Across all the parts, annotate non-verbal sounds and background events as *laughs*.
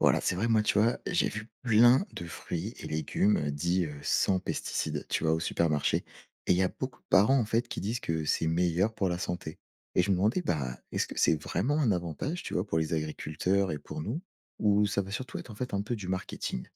Voilà, c'est vrai, moi, tu vois, j'ai vu plein de fruits et légumes, dits, sans pesticides, tu vois, au supermarché et il y a beaucoup de parents, en fait, qui disent que c'est meilleur pour la santé et je me demandais, bah, est-ce que c'est vraiment un avantage, tu vois, pour les agriculteurs et pour nous? Ou ça va surtout être, en fait, un peu du marketing?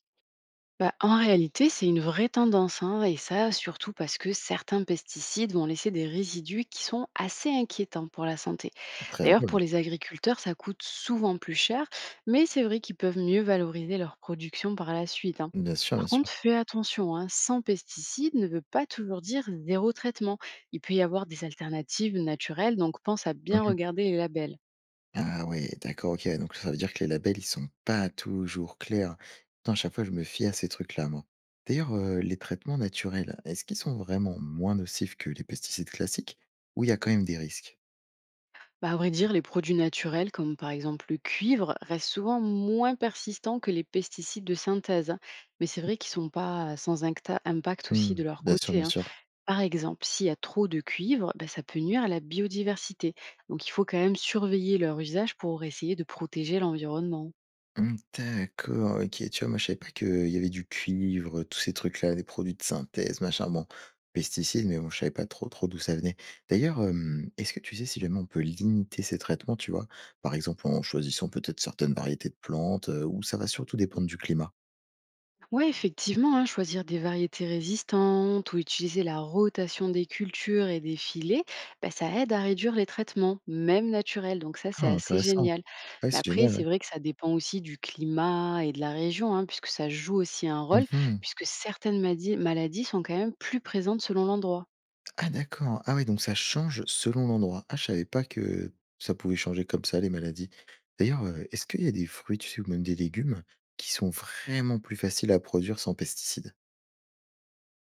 Bah, en réalité, c'est une vraie tendance, hein, et ça surtout parce que certains pesticides vont laisser des résidus qui sont assez inquiétants pour la santé. Très D'ailleurs, drôle. pour les agriculteurs, ça coûte souvent plus cher, mais c'est vrai qu'ils peuvent mieux valoriser leur production par la suite, hein. Bien sûr, bien Par sûr. contre, fais attention, hein, sans pesticides ne veut pas toujours dire zéro traitement. Il peut y avoir des alternatives naturelles, donc pense à bien Mmh. regarder les labels. Ah ouais, d'accord, OK, ouais, donc ça veut dire que les labels, ils sont pas toujours clairs. Pourtant, à chaque fois, je me fie à ces trucs-là, moi. D'ailleurs, les traitements naturels, est-ce qu'ils sont vraiment moins nocifs que les pesticides classiques ou il y a quand même des risques? Bah, à vrai dire, les produits naturels, comme par exemple le cuivre, restent souvent moins persistants que les pesticides de synthèse, hein. Mais c'est vrai qu'ils ne sont pas sans impact aussi Mmh. de leur Bien sûr, bien côté, hein. sûr. Par exemple, s'il y a trop de cuivre, bah, ça peut nuire à la biodiversité. Donc il faut quand même surveiller leur usage pour essayer de protéger l'environnement. Mmh, d'accord, OK. Tu vois, moi, je savais pas qu'il y avait du cuivre, tous ces trucs-là, des produits de synthèse, machin, bon, pesticides, mais bon, je savais pas trop d'où ça venait. D'ailleurs, est-ce que tu sais si jamais on peut limiter ces traitements, tu vois? Par exemple, en choisissant peut-être certaines variétés de plantes, ou ça va surtout dépendre du climat? Ouais, effectivement, hein, choisir des variétés résistantes ou utiliser la rotation des cultures et des filets, bah, ça aide à réduire les traitements, même naturels. Donc ça, c'est Ah assez intéressant. génial. Ouais, Mais c'est après, génial, ouais. c'est vrai que ça dépend aussi du climat et de la région, hein, puisque ça joue aussi un rôle, Mmh. puisque certaines maladies sont quand même plus présentes selon l'endroit. Ah d'accord. Ah oui, donc ça change selon l'endroit. Ah, je savais pas que ça pouvait changer comme ça, les maladies. D'ailleurs, est-ce qu'il y a des fruits, tu sais, ou même des légumes qui sont vraiment plus faciles à produire sans pesticides?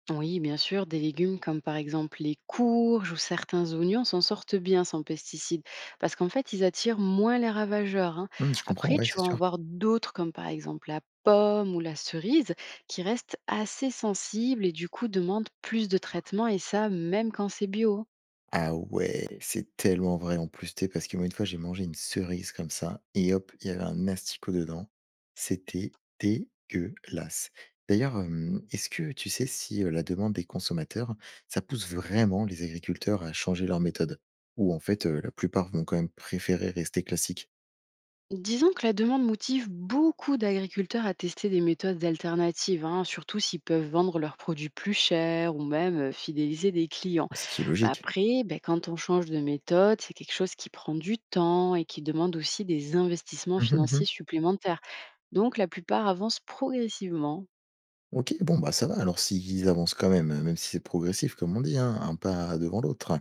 Oui, bien sûr, des légumes comme par exemple les courges ou certains oignons s'en sortent bien sans pesticides parce qu'en fait, ils attirent moins les ravageurs, hein. Mmh, je comprends, Après, ouais, tu c'est vas en sûr. voir d'autres comme par exemple la pomme ou la cerise qui restent assez sensibles et du coup demandent plus de traitement et ça même quand c'est bio, hein. Ah ouais, c'est tellement vrai en plus, tu parce que moi, une fois, j'ai mangé une cerise comme ça et hop, il y avait un asticot dedans. C'était dégueulasse. D'ailleurs, est-ce que tu sais si, la demande des consommateurs, ça pousse vraiment les agriculteurs à changer leurs méthodes? Ou en fait, la plupart vont quand même préférer rester classiques? Disons que la demande motive beaucoup d'agriculteurs à tester des méthodes alternatives, hein, surtout s'ils peuvent vendre leurs produits plus chers ou même fidéliser des clients. Ce qui est Bah logique. après, ben, quand on change de méthode, c'est quelque chose qui prend du temps et qui demande aussi des investissements financiers *laughs* supplémentaires. Donc la plupart avancent progressivement. OK, bon, bah, ça va. Alors s'ils avancent quand même, même si c'est progressif comme on dit, hein, un pas devant l'autre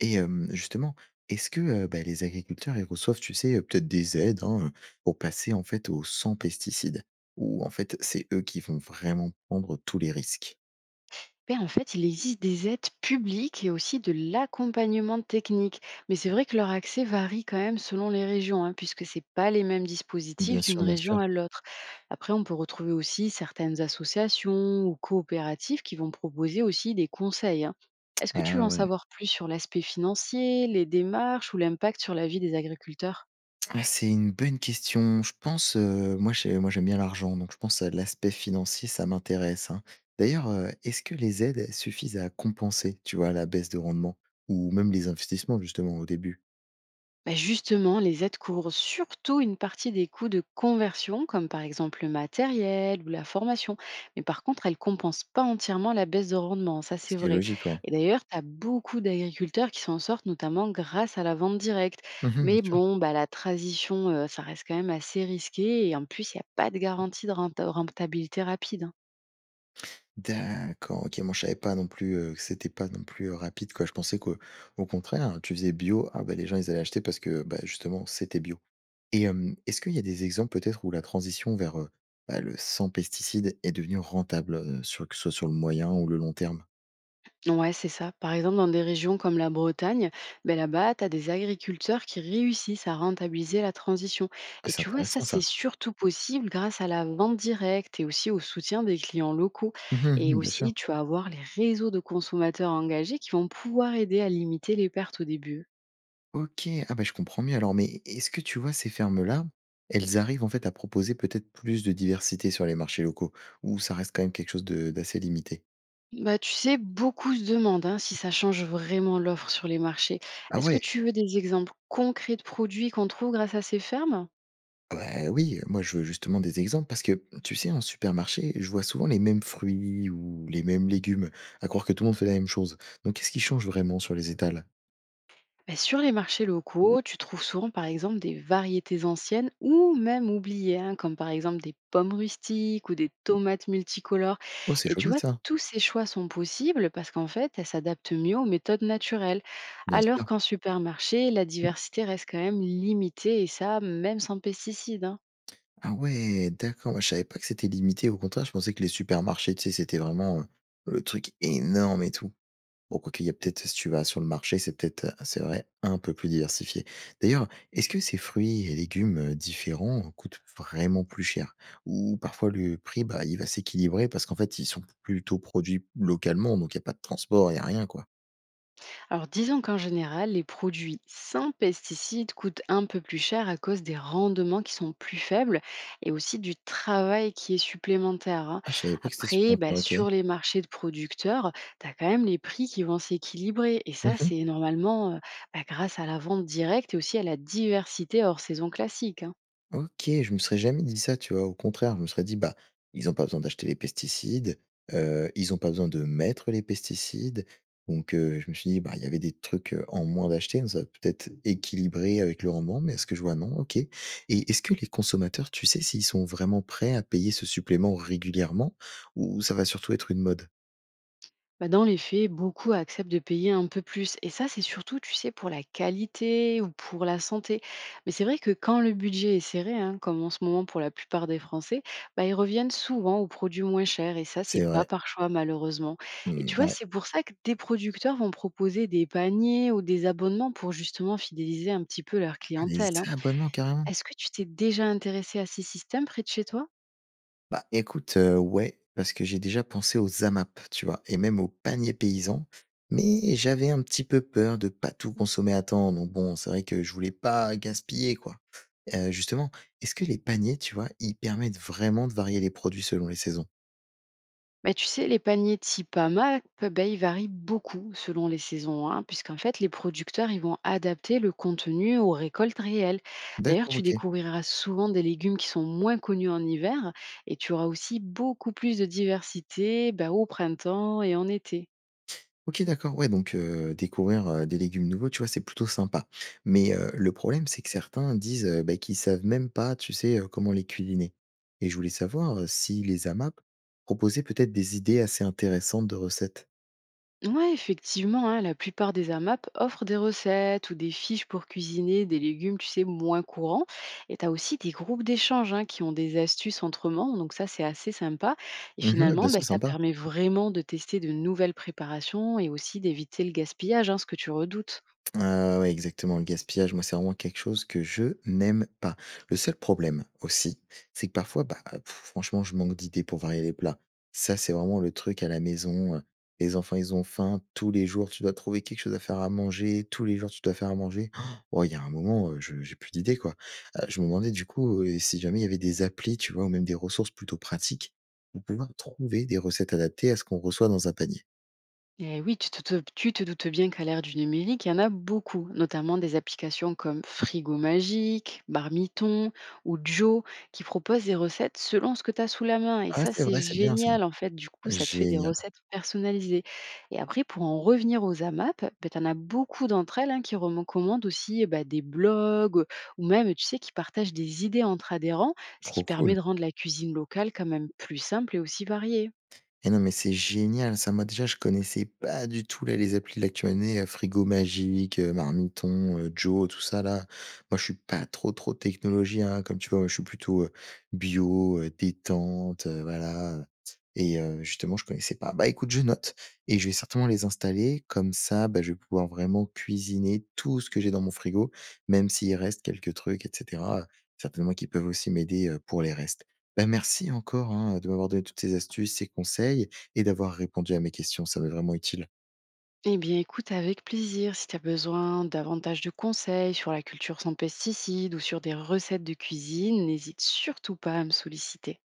et justement, est-ce que, bah, les agriculteurs, ils reçoivent, tu sais, peut-être des aides, hein, pour passer, en fait, au sans pesticides? Ou en fait, c'est eux qui vont vraiment prendre tous les risques? Ben, en fait, il existe des aides publiques et aussi de l'accompagnement technique. Mais c'est vrai que leur accès varie quand même selon les régions, hein, puisque ce pas les mêmes Bien dispositifs sûr, d'une bien sûr. région à l'autre. Après, on peut retrouver aussi certaines associations ou coopératives qui vont proposer aussi des conseils, hein. Est-ce que Ah tu veux en ouais. savoir plus sur l'aspect financier, les démarches ou l'impact sur la vie des agriculteurs? Ah, c'est une bonne question. Je pense, moi j'aime bien l'argent, donc je pense, à l'aspect financier, ça m'intéresse, hein. D'ailleurs, est-ce que les aides, elles suffisent à compenser, tu vois, la baisse de rendement? Ou même les investissements justement au début? Bah, justement, les aides couvrent surtout une partie des coûts de conversion, comme par exemple le matériel ou la formation. Mais par contre, elles ne compensent pas entièrement la baisse de rendement, ça Ce c'est qui est vrai. logique, ouais. Et d'ailleurs, tu as beaucoup d'agriculteurs qui s'en sortent, notamment grâce à la vente directe. Mmh bien Mais sûr. bon, bah, la transition, ça reste quand même assez risqué. Et en plus, il n'y a pas de garantie de rentabilité rapide, hein. D'accord, OK, moi je savais pas non plus, que c'était pas non plus, rapide quoi. Je pensais qu'au au contraire, hein, tu faisais bio, ah bah, les gens ils allaient acheter parce que, bah, justement c'était bio. Et est-ce qu'il y a des exemples peut-être où la transition vers, bah, le sans pesticides est devenue rentable, sur que ce soit sur le moyen ou le long terme? Ouais, c'est ça. Par exemple, dans des régions comme la Bretagne, ben là-bas, tu as des agriculteurs qui réussissent à rentabiliser la transition. Ah, Et c'est tu vois, ça, intéressant ça. c'est surtout possible grâce à la vente directe et aussi au soutien des clients locaux. Mmh mh, Et mmh, bien sûr. aussi, tu vas avoir les réseaux de consommateurs engagés qui vont pouvoir aider à limiter les pertes au début. OK, ah bah, je comprends mieux alors, mais est-ce que tu vois ces fermes-là, elles arrivent en fait à proposer peut-être plus de diversité sur les marchés locaux ou ça reste quand même quelque chose de d'assez limité? Bah, tu sais, beaucoup se demandent, hein, si ça change vraiment l'offre sur les marchés. Ah Est-ce que ouais? tu veux des exemples concrets de produits qu'on trouve grâce à ces fermes? Ah bah, oui, moi je veux justement des exemples parce que, tu sais, en supermarché, je vois souvent les mêmes fruits ou les mêmes légumes, à croire que tout le monde fait la même chose. Donc qu'est-ce qui change vraiment sur les étals? Bah, sur les marchés locaux, tu trouves souvent par exemple des variétés anciennes ou même oubliées, hein, comme par exemple des pommes rustiques ou des tomates multicolores. Oh, c'est Et tu joli vois, ça! tous ces choix sont possibles parce qu'en fait, elles s'adaptent mieux aux méthodes naturelles. Bien Alors sûr. qu'en supermarché, la diversité reste quand même limitée et ça, même sans pesticides, hein. Ah ouais, d'accord, moi je savais pas que c'était limité, au contraire, je pensais que les supermarchés, tu sais, c'était vraiment, le truc énorme et tout. Bon, quoique, il y a peut-être si tu vas sur le marché, c'est peut-être, c'est vrai, un peu plus diversifié. D'ailleurs, est-ce que ces fruits et légumes, différents coûtent vraiment plus cher? Ou parfois le prix, bah, il va s'équilibrer parce qu'en fait, ils sont plutôt produits localement, donc il y a pas de transport, il y a rien, quoi? Alors disons qu'en général, les produits sans pesticides coûtent un peu plus cher à cause des rendements qui sont plus faibles et aussi du travail qui est supplémentaire, hein. Ah, je savais pas que c'était Après, supplémentaire, bah, OK. sur les marchés de producteurs, tu as quand même les prix qui vont s'équilibrer et ça, Mmh. c'est normalement bah, grâce à la vente directe et aussi à la diversité hors saison classique, hein. OK, je me serais jamais dit ça, tu vois? Au contraire, je me serais dit: «Bah, ils ont pas besoin d'acheter les pesticides, ils ont pas besoin de mettre les pesticides». Donc je me suis dit: «Bah, il y avait des trucs, en moins d'acheter, donc ça va peut-être équilibrer avec le rendement», mais est ce que je vois, non, OK. Et est-ce que les consommateurs, tu sais s'ils sont vraiment prêts à payer ce supplément régulièrement ou ça va surtout être une mode? Bah, dans les faits, beaucoup acceptent de payer un peu plus. Et ça, c'est surtout, tu sais, pour la qualité ou pour la santé. Mais c'est vrai que quand le budget est serré, hein, comme en ce moment pour la plupart des Français, bah, ils reviennent souvent aux produits moins chers. Et ça, c'est C'est pas vrai. par choix, malheureusement. Et Mmh, tu vois, ouais. c'est pour ça que des producteurs vont proposer des paniers ou des abonnements pour justement fidéliser un petit peu leur Ah, les clientèle, hein. abonnements, carrément! Est-ce que tu t'es déjà intéressé à ces systèmes près de chez toi? Bah, écoute, ouais, parce que j'ai déjà pensé aux AMAP, tu vois? Et même aux paniers paysans, mais j'avais un petit peu peur de pas tout consommer à temps, donc bon, c'est vrai que je voulais pas gaspiller, quoi. Justement, est-ce que les paniers, tu vois, ils permettent vraiment de varier les produits selon les saisons? Bah, tu sais, les paniers type AMAP, bah, ils varient beaucoup selon les saisons, hein, puisqu'en fait, les producteurs, ils vont adapter le contenu aux récoltes réelles. D'ailleurs, D'accord, tu OK. découvriras souvent des légumes qui sont moins connus en hiver et tu auras aussi beaucoup plus de diversité, bah, au printemps et en été. OK, d'accord, ouais, donc découvrir, des légumes nouveaux, tu vois, c'est plutôt sympa. Mais le problème, c'est que certains disent, bah, qu'ils savent même pas, tu sais, comment les cuisiner. Et je voulais savoir, si les AMAP proposaient peut-être des idées assez intéressantes de recettes? Ouais, effectivement, hein, la plupart des AMAP offrent des recettes ou des fiches pour cuisiner des légumes, tu sais, moins courants. Et tu as aussi des groupes d'échange, hein, qui ont des astuces entre membres, donc ça, c'est assez sympa. Et Mmh bien finalement, bah, sûr, ça sympa. permet vraiment de tester de nouvelles préparations et aussi d'éviter le gaspillage, hein, ce que tu redoutes. Ah ouais, exactement, le gaspillage, moi, c'est vraiment quelque chose que je n'aime pas. Le seul problème aussi, c'est que parfois, bah, pff, franchement, je manque d'idées pour varier les plats. Ça, c'est vraiment le truc à la maison. Les enfants, ils ont faim. Tous les jours, tu dois trouver quelque chose à faire à manger. Tous les jours, tu dois faire à manger. Oh, il y a un moment, j'ai plus d'idées, quoi. Je me demandais, du coup, si jamais il y avait des applis, tu vois, ou même des ressources plutôt pratiques pour pouvoir trouver des recettes adaptées à ce qu'on reçoit dans un panier. Eh oui, tu te doutes bien qu'à l'ère du numérique, il y en a beaucoup, notamment des applications comme Frigo Magique, Barmiton ou Joe, qui proposent des recettes selon ce que tu as sous la main. Et Ah, ça, c'est c'est vrai, c'est bien ça. génial, en fait. Du coup, ça te fait des Génial, recettes personnalisées. Et après, pour en revenir aux AMAP, tu en as beaucoup d'entre elles, hein, qui recommandent aussi, bah, des blogs ou même, tu sais, qui partagent des idées entre adhérents, ce trop qui cool. permet de rendre la cuisine locale quand même plus simple et aussi variée. Eh non, mais c'est génial ça. Moi, déjà, je connaissais pas du tout là, les applis là que tu m'as donné, Frigo Magique, Marmiton, Joe, tout ça là. Moi, je suis pas trop technologie, hein, comme tu vois? Moi, je suis plutôt, bio, détente, voilà, et justement, je connaissais pas. Bah, écoute, je note et je vais certainement les installer. Comme ça, bah, je vais pouvoir vraiment cuisiner tout ce que j'ai dans mon frigo, même s'il reste quelques trucs et cetera, certainement qu'ils peuvent aussi m'aider, pour les restes. Bah, merci encore, hein, de m'avoir donné toutes ces astuces, ces conseils et d'avoir répondu à mes questions. Ça m'est vraiment utile. Eh bien, écoute, avec plaisir. Si tu as besoin davantage de conseils sur la culture sans pesticides ou sur des recettes de cuisine, n'hésite surtout pas à me solliciter.